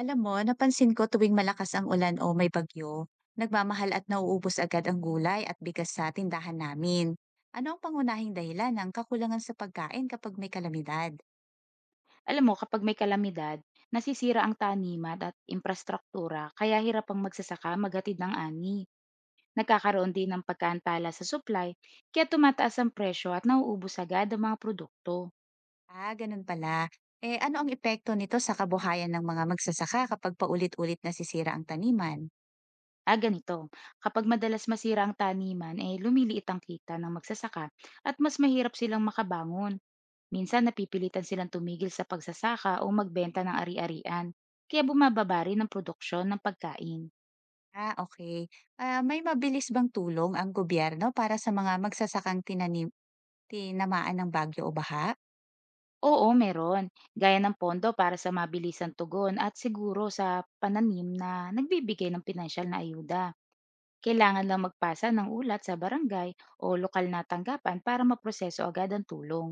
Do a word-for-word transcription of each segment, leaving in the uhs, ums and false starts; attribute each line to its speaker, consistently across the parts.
Speaker 1: Alam mo, napansin ko tuwing malakas ang ulan o may bagyo, nagmamahal at nauubos agad ang gulay at bigas sa tindahan namin. Ano ang pangunahing dahilan ng kakulangan sa pagkain kapag may kalamidad?
Speaker 2: Alam mo, kapag may kalamidad, nasisira ang taniman at infrastruktura, kaya hirap ang magsasaka maghatid ng ani. Nagkakaroon din ng pagkaantala sa supply, kaya tumataas ang presyo at nauubos agad ang mga produkto.
Speaker 1: Ah, ganun pala. Eh ano ang epekto nito sa kabuhayan ng mga magsasaka kapag paulit-ulit nasisira ang taniman?
Speaker 2: Ah, ganito. Kapag madalas masira ang taniman, eh lumiliit ang kita ng magsasaka at mas mahirap silang makabangon. Minsan napipilitan silang tumigil sa pagsasaka o magbenta ng ari-arian, kaya bumababa rin ang produksyon ng pagkain.
Speaker 1: Ah, okay. Ah, may mabilis bang tulong ang gobyerno para sa mga magsasakang tinanim tinamaan ng bagyo o baha?
Speaker 2: Oo, meron. Gaya ng pondo para sa mabilisang tugon at siguro sa pananim na nagbibigay ng pinansyal na ayuda. Kailangan lang magpasa ng ulat sa barangay o lokal na tanggapan para maproseso agad ang tulong.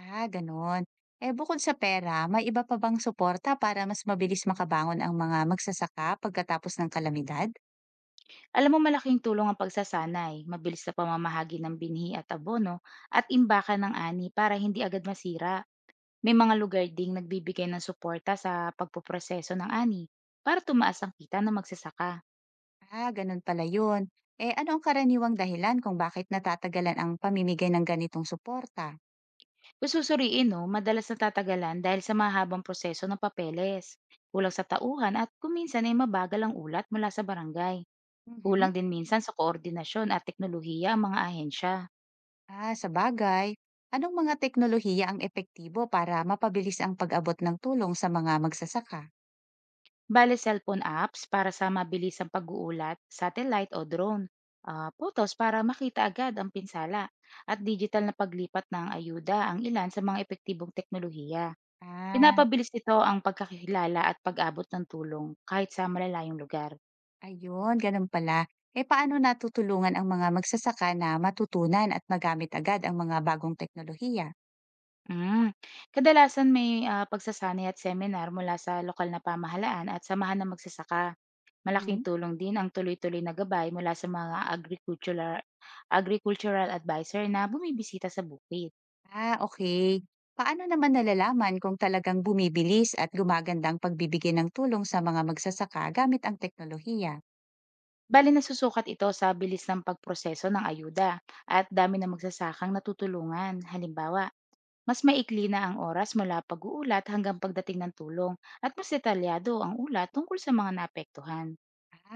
Speaker 1: Ah, gano'n. Eh bukod sa pera, may iba pa bang suporta para mas mabilis makabangon ang mga magsasaka pagkatapos ng kalamidad?
Speaker 2: Alam mo, malaking tulong ang pagsasanay, mabilis na pamamahagi ng binhi at abono, at imbakan ng ani para hindi agad masira. May mga lugar ding nagbibigay ng suporta sa pagpoproseso ng ani para tumaas ang kita ng magsasaka.
Speaker 1: Ah, gano'n pala yun. Eh ano ang karaniwang dahilan kung bakit natatagalan ang pamimigay ng ganitong suporta?
Speaker 2: Kung susuriin 'no, madalas natatagalan dahil sa mahabang proseso ng papeles, kulang sa tauhan at kuminsan ay mabagal ang ulat mula sa barangay.
Speaker 1: Mhm.
Speaker 2: Kulang din minsan sa koordinasyon at teknolohiya ang mga ahensya.
Speaker 1: Ah, sa bagay. Anong mga teknolohiya ang epektibo para mapabilis ang pag-abot ng tulong sa mga magsasaka?
Speaker 2: Bale cellphone apps para sa mabilisang pag-uulat, satellite o drone, ah, photos para makita agad ang pinsala, at digital na paglipat ng ayuda ang ilan sa mga epektibong teknolohiya.
Speaker 1: Ah,
Speaker 2: Pinapabilis nito ang pagkakilala at pag-abot ng tulong kahit sa malalayong lugar.
Speaker 1: ayun, ganun pala. Eh paano natutulungan ang mga magsasaka na matutunan at magamit agad ang mga bagong teknolohiya?
Speaker 2: Hmm, kadalasan may, ah, pagsasanay at seminar mula sa lokal na pamahalaan at samahan ng magsasaka. Malaking
Speaker 1: Hmm.
Speaker 2: tulong din ang tuloy-tuloy na gabay mula sa mga agricultural agricultural advisor na bumibisita sa bukid.
Speaker 1: Ah, okay. Paano naman nalalaman kung talagang bumibilis at gumaganda ang pagbibigay ng tulong sa mga magsasaka gamit ang teknolohiya?
Speaker 2: Bale nasusukat ito sa bilis ng pagproseso ng ayuda at dami ng magsasakang natutulungan. Halimbawa, mas maikli na ang oras mula pag-uulat hanggang pagdating ng tulong at mas detalyado ang ulat tungkol sa mga naapektuhan.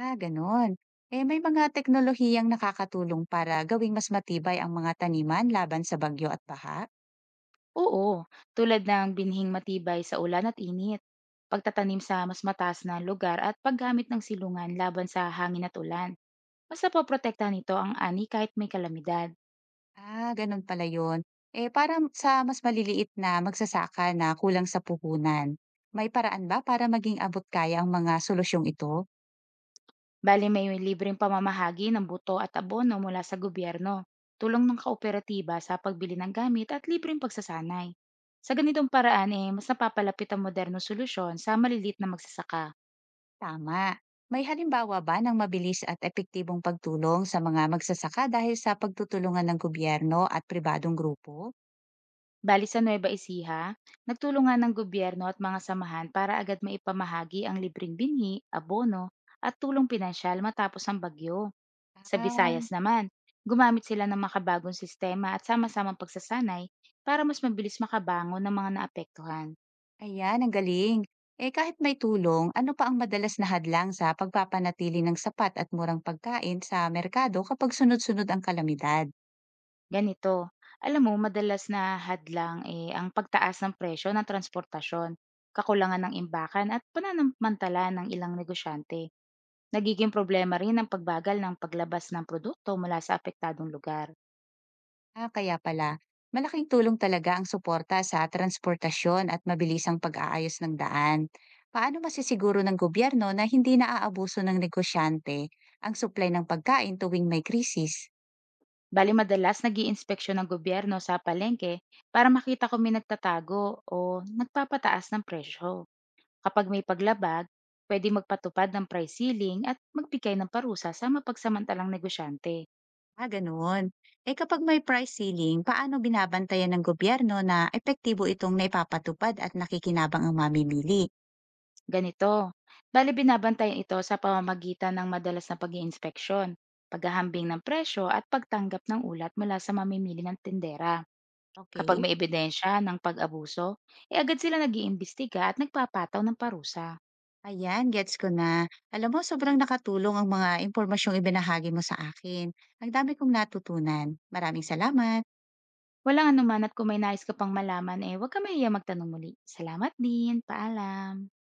Speaker 1: Ah, gano'n. Eh, may mga teknolohiyang nakakatulong para gawing mas matibay ang mga taniman laban sa bagyo at baha?
Speaker 2: Oo, tulad ng binhing matibay sa ulan at init, pagtatanim sa mas mataas na lugar at paggamit ng silungan laban sa hangin at ulan. Mas napoprotektahan nito ang ani kahit may kalamidad.
Speaker 1: Ah, gano'n pala 'yon. Eh, para sa mas maliliit na magsasaka na kulang sa puhunan, may paraan ba para maging abot kaya ang mga solusyong ito?
Speaker 2: Bali may libreng pamamahagi ng buto at abono mula sa gobyerno, tulong ng kooperatiba sa pagbili ng gamit at libreng pagsasanay. Sa ganitong paraan, eh, mas napapalapit ang modernong solusyon sa malilit na magsasaka.
Speaker 1: Tama. May halimbawa ba ng mabilis at epektibong pagtulong sa mga magsasaka dahil sa pagtutulungan ng gobyerno at pribadong grupo?
Speaker 2: Bali sa Nueva Ecija, nagtulungan ng gobyerno at mga samahan para agad maipamahagi ang libreng binhi, abono, at tulong pinansyal matapos ang bagyo. Sa
Speaker 1: Ah,
Speaker 2: Visayas naman, gumamit sila ng makabagong sistema at sama-samang pagsasanay para mas mabilis makabangon ng mga naapektuhan.
Speaker 1: ayan, ang galing. Eh kahit may tulong, ano pa ang madalas na hadlang sa pagpapanatili ng sapat at murang pagkain sa merkado kapag sunod-sunod ang kalamidad?
Speaker 2: Ganito, alam mo, madalas na hadlang eh, ang pagtaas ng presyo ng transportasyon, kakulangan ng imbakan at pananamantala ng ilang negosyante. Nagiging problema rin ang pagbagal ng paglabas ng produkto mula sa apektadong lugar.
Speaker 1: Ah, kaya pala. Malaking tulong talaga ang suporta sa transportasyon at mabilisang pag-aayos ng daan. Paano masisiguro ng gobyerno na hindi naaabuso ng negosyante ang supply ng pagkain tuwing may krisis?
Speaker 2: Bali madalas nag inspeksyon ng gobyerno sa palengke para makita kung may nagtatago o nagpapataas ng presyo. Kapag may paglabag, pwede magpatupad ng price ceiling at magbigay ng parusa sa mapagsamantalang negosyante.
Speaker 1: Ah, ganoon. Eh kapag may price ceiling, paano binabantayan ng gobyerno na epektibo itong naipapatupad at nakikinabang ang mamimili?
Speaker 2: Ganito, bali binabantayan ito sa pamamagitan ng madalas na pag inspeksyon, paghahambing ng presyo at pagtanggap ng ulat mula sa mamimili ng tindera. Kapag
Speaker 1: Okay.
Speaker 2: may ebidensya ng pag-abuso, eh agad sila nag-iimbestiga at nagpapataw ng parusa.
Speaker 1: Ayan, gets ko na. Alam mo, sobrang nakatulong ang mga impormasyong ibinahagi mo sa akin. Ang dami kong natutunan. Maraming salamat.
Speaker 2: Walang anuman, at kung may nais ka pang malaman, eh huwag ka mahiyang magtanong muli. Salamat din. Paalam.